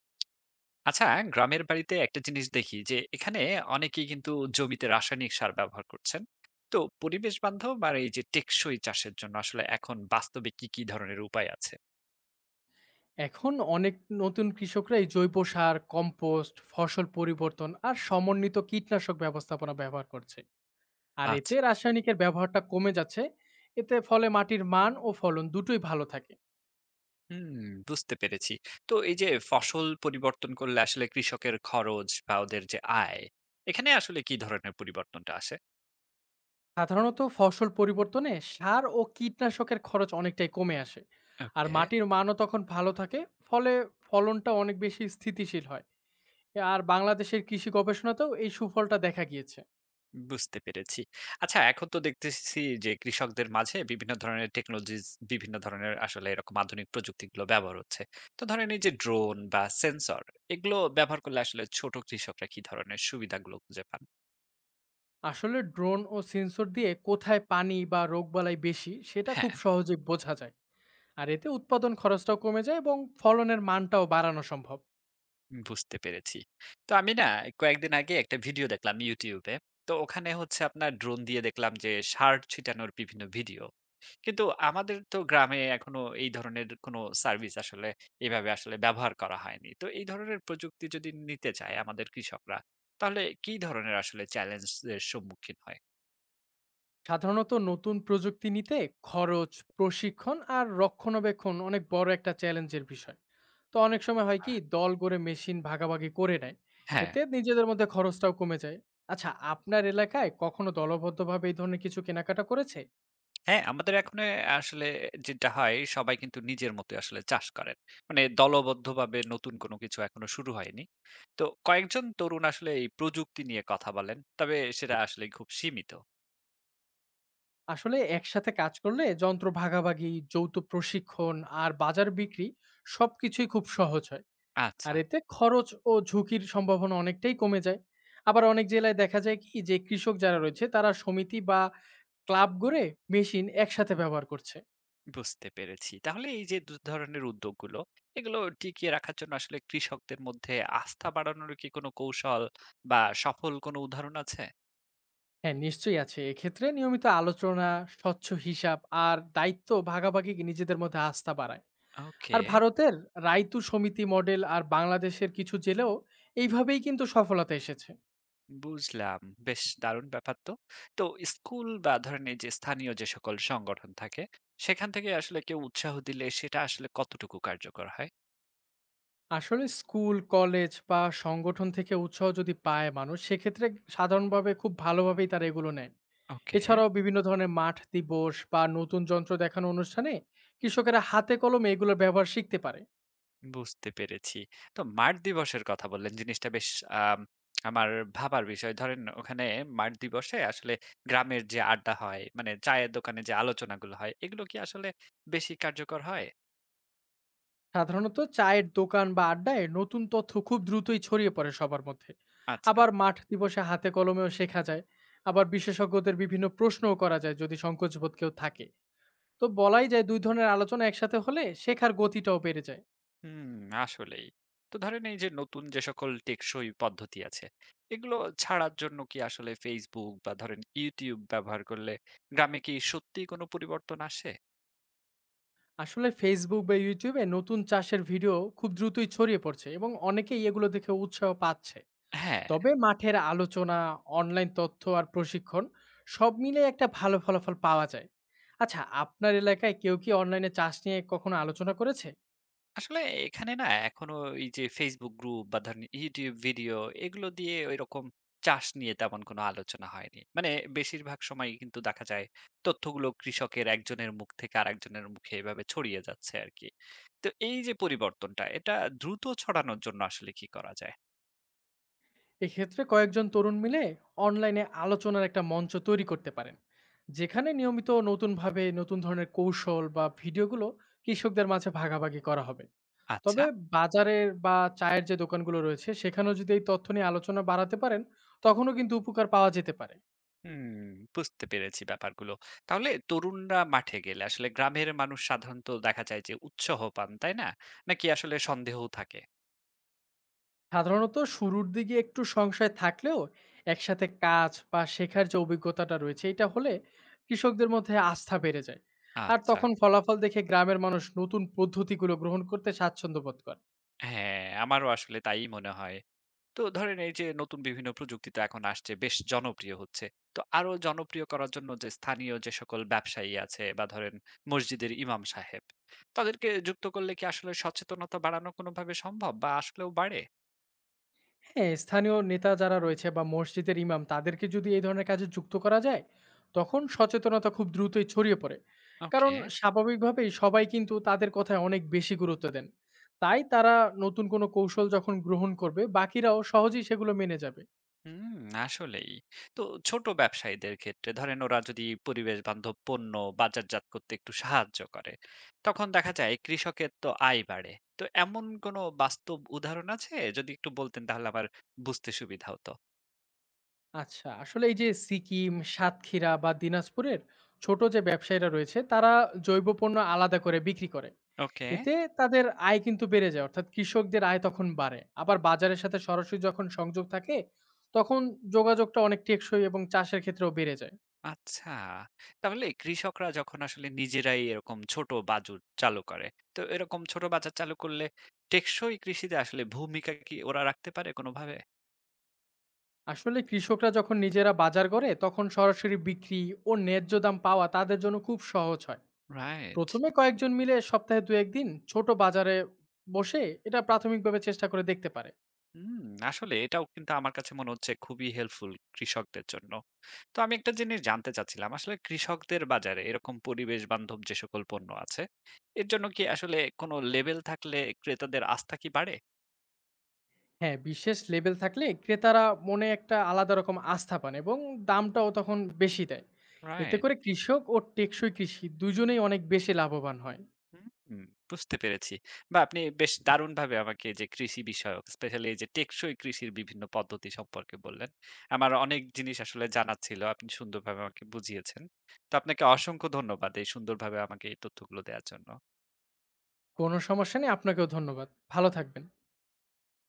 আচ্ছা, গ্রামের বাড়িতে একটা জিনিস দেখি যে এখানে অনেকেই কিন্তু জমিতে রাসায়নিক সার ব্যবহার করছেন। তো পরিবেশ বান্ধব আর এই যে টেকসই চাষের জন্য আসলে এখন বাস্তবে কি কি ধরনের উপায় আছে? এখন অনেক নতুন কৃষকরাই জৈব সার, কম্পোস্ট, ফসল পরিবর্তন আর সমন্বিত কীটনাশক ব্যবস্থাপনা ব্যবহার করছে। আর আচ্ছা। এতে রাসায়নিকের ব্যবহারটা কমে যাচ্ছে। এতে ফলে মাটির মান ও ফলন দুটোই ভালো থাকে। হুম, বুঝতে পেরেছি। তো এই যে ফসল পরিবর্তন করলে আসলে কৃষকের খরচ বা ওদের যে আয়, এখানে আসলে কি ধরনের পরিবর্তনটা আসে? সাধারণত ফসল পরিবর্তনে সার ও কীটনাশকের খরচ অনেকটাই কমে আসে। আর ওকে। মাটির মানও তখন ভালো থাকে। ফলে ফলনটা অনেক বেশি স্থিতিশীল হয়। আর বাংলাদেশের কৃষি গবেষণাতেও এই সুফলটা দেখা গিয়েছে। বুঝতে পেরেছি। আচ্ছা, এখন তো দেখতেছি যে কৃষকদের মাঝে বিভিন্ন ধরনের টেকনোলজিস, বিভিন্ন ধরনের আসলে এরকম আধুনিক প্রযুক্তিগুলো ব্যবহার হচ্ছে। তো ধরেন এই যে ড্রোন বা সেন্সর এগুলো ব্যবহার করলে আসলে ছোট কৃষকরা কি ধরনের সুবিধাগুলো খুঁজে পান? আসলে ড্রোন ও সেন্সর দিয়ে কোথায় পানি বা রোগবালাই বেশি সেটা হ্যাঁ। খুব সহজে বোঝা যায়। আর এতে উৎপাদন খরচটাও কমে যায় এবং ফলনের মানটাও বাড়ানো সম্ভব। বুঝতে পেরেছি। তো আমি না কয়েকদিন আগে একটা ভিডিও দেখলাম YouTube এ। তো ওখানে হচ্ছে আপনার ড্রোন দিয়ে দেখলাম যে ষাঁড় ছিটানোর বিভিন্ন ভিডিও। কিন্তু আমাদের তো গ্রামে এখনো এই ধরনের কোনো সার্ভিস আসলে এভাবে আসলে ব্যবহার করা হয়নি। তো এই ধরনের প্রযুক্তি যদি নিতে চায় আমাদের কৃষকরা, তাহলে কি ধরনের আসলে চ্যালেঞ্জ এর সম্মুখীন হয়? সাধারণত নতুন প্রযুক্তি নিতে খরচ, প্রশিক্ষণ আর রক্ষণাবেক্ষণ অনেক বড় একটা চ্যালেঞ্জের বিষয়। তো অনেক সময় হয় আচ্ছা, কি, দল করে মেশিন ভাগাভাগি করে নেয়। হ্যাঁ। এতে নিজেদের মধ্যে খরচটাও কমে যায়। আচ্ছা, আপনার এলাকায় কখনো দলবদ্ধভাবে এই ধরনের কিছু কেনাকাটা করেছে? হ্যাঁ, আমাদের এখন এ আসলে যেটা হয় সবাই কিন্তু নিজের মতোই আসলে চাষ করেন। মানে দলবদ্ধভাবে নতুন কোনো কিছু এখনো শুরু হয়নি। তো কয়েকজন তরুণ আসলে এই প্রযুক্তি নিয়ে কথা বলেন। তবে সেটা আসলে খুব সীমিত। আসলে একসাথে কাজ করলে যন্ত্র ভাগাভাগি, যৌথ প্রশিক্ষণ আর বাজার বিক্রি সবকিছুই খুব সহজ হয়। আর আচ্ছা, এতে খরচ ও ঝুঁকির সম্ভাবনা অনেকটাই কমে যায়। আবার অনেক জেলায় দেখা যায় কি, যে কৃষক যারা রয়েছে তারা সমিতি বা ক্লাব গড়ে মেশিন একসাথে ব্যবহার করছে। বুঝতে পেরেছি। তাহলে এই যে ২ ধরনের উদ্যোগগুলো, এগুলো টিকিয়ে রাখার জন্য আসলে কৃষকদের মধ্যে আস্থা বাড়ানোর কি কোনো কৌশল বা সফল কোনো উদাহরণ আছে? হ্যাঁ, নিশ্চয়ই আছে। এক্ষেত্রে নিয়মিত আলোচনা, স্বচ্ছ হিসাব আর দায়িত্ব ভাগাভাগি নিজেদের মধ্যে আস্থা বাড়ায়। ওকে। আর ভারতের রাইতু সমিতি মডেল আর বাংলাদেশের কিছু জেলেও এইভাবেই কিন্তু সফলতা এসেছে। বুঝলাম। বেশ দারুণ ব্যাপার তো। তো স্কুল বা ধরেন এই যে স্থানীয় যে সকল সংগঠন থাকে, সেখান থেকে আসলে কেউ উৎসাহ দিলে সেটা আসলে কতটুকু কার্যকর হয়? আসলে স্কুল, কলেজ বা সংগঠন থেকে উৎসাহ যদি পায় মানুষ, সেক্ষেত্রে সাধারণভাবে খুব ভালোভাবেই তারা এগুলো নেয়। ওকে, এছাড়াও বিভিন্ন ধরনের মাঠ দিবস বা নতুন যন্ত্র দেখানো অনুষ্ঠানে কৃষকেরা হাতে কলমে এগুলোর ব্যবহার শিখতে পারে। বুঝতে পেরেছি। তো মাঠ দিবসের কথা বললেন, জিনিসটা বেশ আম আমার ভাবার বিষয়। ধরেন ওখানে মাঠ দিবসে আসলে গ্রামের যে আড্ডা হয়, মানে চায়ের দোকানে যে আলোচনাগুলো হয়, এগুলো কি আসলে বেশি কার্যকর হয়? সাধারণত চায়ের দোকান বা আড্ডায় নতুন তথ্য খুব দ্রুতই ছড়িয়ে পড়ে সবার মধ্যে। আচ্ছা। আবার মাঠ দিবসে হাতে কলমেও শেখা যায়। আবার বিশেষজ্ঞদের বিভিন্ন প্রশ্নও করা যায় যদি সংকোচবোধ কেউ থাকে। তো বলাই যায়, ২ ধরনের আলোচনা একসাথে হলে শেখার গতিটাও বেড়ে যায়। হুম, আসলেই। তো ধরেন এই যে নতুন যে সকল টেকসই পদ্ধতি আছে, এগুলো ছাড়ার জন্য কি আসলে ফেসবুক বা ধরেন ইউটিউব ব্যবহার করলে গ্রামে কি সত্যি কোনো পরিবর্তন আসে? আসলে ফেসবুক বা ইউটিউবে নতুন চাষের ভিডিও খুব দ্রুতই ছড়িয়ে পড়ছে এবং অনেকেই এগুলো দেখে উৎসাহ পাচ্ছে। হ্যাঁ। তবে মাঠের আলোচনা, অনলাইন তথ্য আর প্রশিক্ষণ সব মিলে একটা ভালো ফলাফল পাওয়া যায়। আচ্ছা, আপনার এলাকায় কেউ কি অনলাইনে চাষ নিয়ে কখনো আলোচনা করেছে? আসলে এখানে না এখনো এই যে Facebook গ্রুপ বা ধরেন YouTube ভিডিও এগুলো দিয়ে ওইরকম চাষ নিয়ে তেমন কোনো আলোচনা হয়নি। মানে বেশিরভাগ সময় কিন্তু দেখা যায় তথ্যগুলো কৃষকের একজনের মুখ থেকে আরেকজনের মুখে এভাবে ছড়িয়ে যাচ্ছে আরকি। তো এই যে পরিবর্তনটা, এটা দ্রুত ছড়ানোর জন্য আসলে কি করা যায়? এক্ষেত্রে কয়েকজন তরুণ মিলে অনলাইনে আলোচনার একটা মঞ্চ তৈরি করতে পারেন, যেখানে নিয়মিত নতুনভাবে নতুন ধরনের কৌশল বা ভিডিওগুলো কৃষকদের মাঝে ভাগাভাগি করা হবে। আচ্ছা, তবে বাজারের বা চায়ের যে দোকানগুলো রয়েছে, সেখানেও যদি এই তথ্য নিয়ে আলোচনা বাড়াতে পারেন, তখনও কিন্তু উপকার পাওয়া যেতে পারে। হুম, বুঝতে পেরেছি ব্যাপারগুলো। তাহলে তরুণরা মাঠে গেলে আসলে গ্রামের মানুষ সাধারণত দেখা যায় যে উৎসাহ পান, তাই না? নাকি আসলে সন্দেহও থাকে? সাধারণত শুরুর দিকে একটু সংশয় থাকলেও একসাথে কাজ বা শেখার যে অভিজ্ঞতাটা রয়েছে, এটা হলে কৃষকদের মধ্যে আস্থা বেড়ে যায়। আর আচ্ছা। তখন ফলাফল দেখে গ্রামের মানুষ নতুন পদ্ধতিগুলো গ্রহণ করতে স্বাচ্ছন্দ্য বোধ করে। হ্যাঁ, আমারও আসলে তাই মনে হয়। তো ধরেন এই যে নতুন বিভিন্ন প্রযুক্তি তো এখন আসছে, বেশ জনপ্রিয় হচ্ছে। তো আরো জনপ্রিয় করার জন্য যে স্থানীয় যে সকল ব্যবসায়ী আছে বা ধরেন মসজিদের ইমাম সাহেব, তাদেরকে যুক্ত করলে কি আসলে সচেতনতা বাড়ানো কোনোভাবে সম্ভব বা আসলেও বাড়ে? হ্যাঁ, স্থানীয় নেতা যারা রয়েছে বা মসজিদের ইমাম, তাদেরকে যদি এই ধরনের কাজে যুক্ত করা যায়, তখন সচেতনতা খুব দ্রুতই ছড়িয়ে পড়ে। কারণ ওকে। স্বাভাবিকভাবেই সবাই কিন্তু তাদের কথায় অনেক বেশি গুরুত্ব দেন। তাই তারা নতুন কোনো কৌশল যখন গ্রহণ করবে, বাকিরাও সহজেই সেগুলো মেনে যাবে। হুম, আসলেই। তো ছোট ব্যবসায়ীদের ক্ষেত্রে ধরেন ওরা যদি পরিবেশ বান্ধব পণ্য বাজারজাত করতে একটু সাহায্য করে, তখন দেখা যায় কৃষকের তো আয় বাড়ে। তো এমন কোনো বাস্তব উদাহরণ আছে? যদি একটু বলতেন তাহলে আমার বুঝতে সুবিধা হতো। আচ্ছা, আসলে এই যে সিকিম, সাতক্ষীরা বা দিনাজপুরের ছোট যে ব্যবসায়ীরা রয়েছে তারা জৈব পণ্য আলাদা করে বিক্রি করে। ওকে, এতে তাদের আয় কিন্তু বেড়ে যায়, অর্থাৎ কৃষকদের আয় তখন বাড়ে। আবার বাজারের সাথে সরাসরি যখন সংযোগ থাকে, তখন যোগাযোগটা অনেক টেকসই এবং চাষের ক্ষেত্রেও বেড়ে যায়। আচ্ছা। তাহলে কৃষকরা যখন আসলে নিজেরাই এরকম ছোট বাজুর চালু করে, তো এরকম ছোট বাজার চালু করলে টেকসই কৃষিতে আসলে ভূমিকা কি ওরা রাখতে পারে কোনোভাবে? আসলে কৃষকরা যখন নিজেরা বাজার করে, তখন সরাসরি বিক্রি ও ন্যায্য দাম পাওয়া তাদের জন্য খুব সহজ হয়। রাইট। প্রথমে কয়েকজন মিলে সপ্তাহে দু একদিন ছোট বাজারে বসে এটা প্রাথমিকভাবে চেষ্টা করে দেখতে পারে। হুম, আসলে এটাও কিন্তু আমার কাছে মনে হচ্ছে খুবই হেল্পফুল কৃষকদের জন্য। তো আমি একটা জিনিস জানতে চাচ্ছিলাম, আসলে কৃষকদের বাজারে এরকম পরিবেশ বান্ধব যে সকল পণ্য আছে, এর জন্য কি আসলে কোনো লেবেল থাকলে ক্রেতাদের আস্থা কি বাড়ে? হ্যাঁ, বিশেষ লেবেল থাকলে ক্রেতারা মনে একটা আলাদা রকম আস্থা পান এবং দামটাও তখন বেশি দেয়। এতে রাইট। করে কৃষক ও টেকসই কৃষি দুজনেই অনেক বেশি লাভবান হয়। হুম, বুঝতে পেরেছি। বা আপনি বেশ দারুণভাবে আমাকে যে কৃষি বিষয়ক স্পেশালি এই যে টেকসই কৃষির বিভিন্ন পদ্ধতি সম্পর্কে বললেন। আমার অনেক জিনিস আসলে জানার ছিল। আপনি সুন্দরভাবে আমাকে বুঝিয়েছেন। তো আপনাকে অসংখ্য ধন্যবাদ এই সুন্দরভাবে আমাকে এই তথ্যগুলো দেওয়ার জন্য। কোনো সমস্যা নেই, আপনাকেও ধন্যবাদ। ভালো থাকবেন।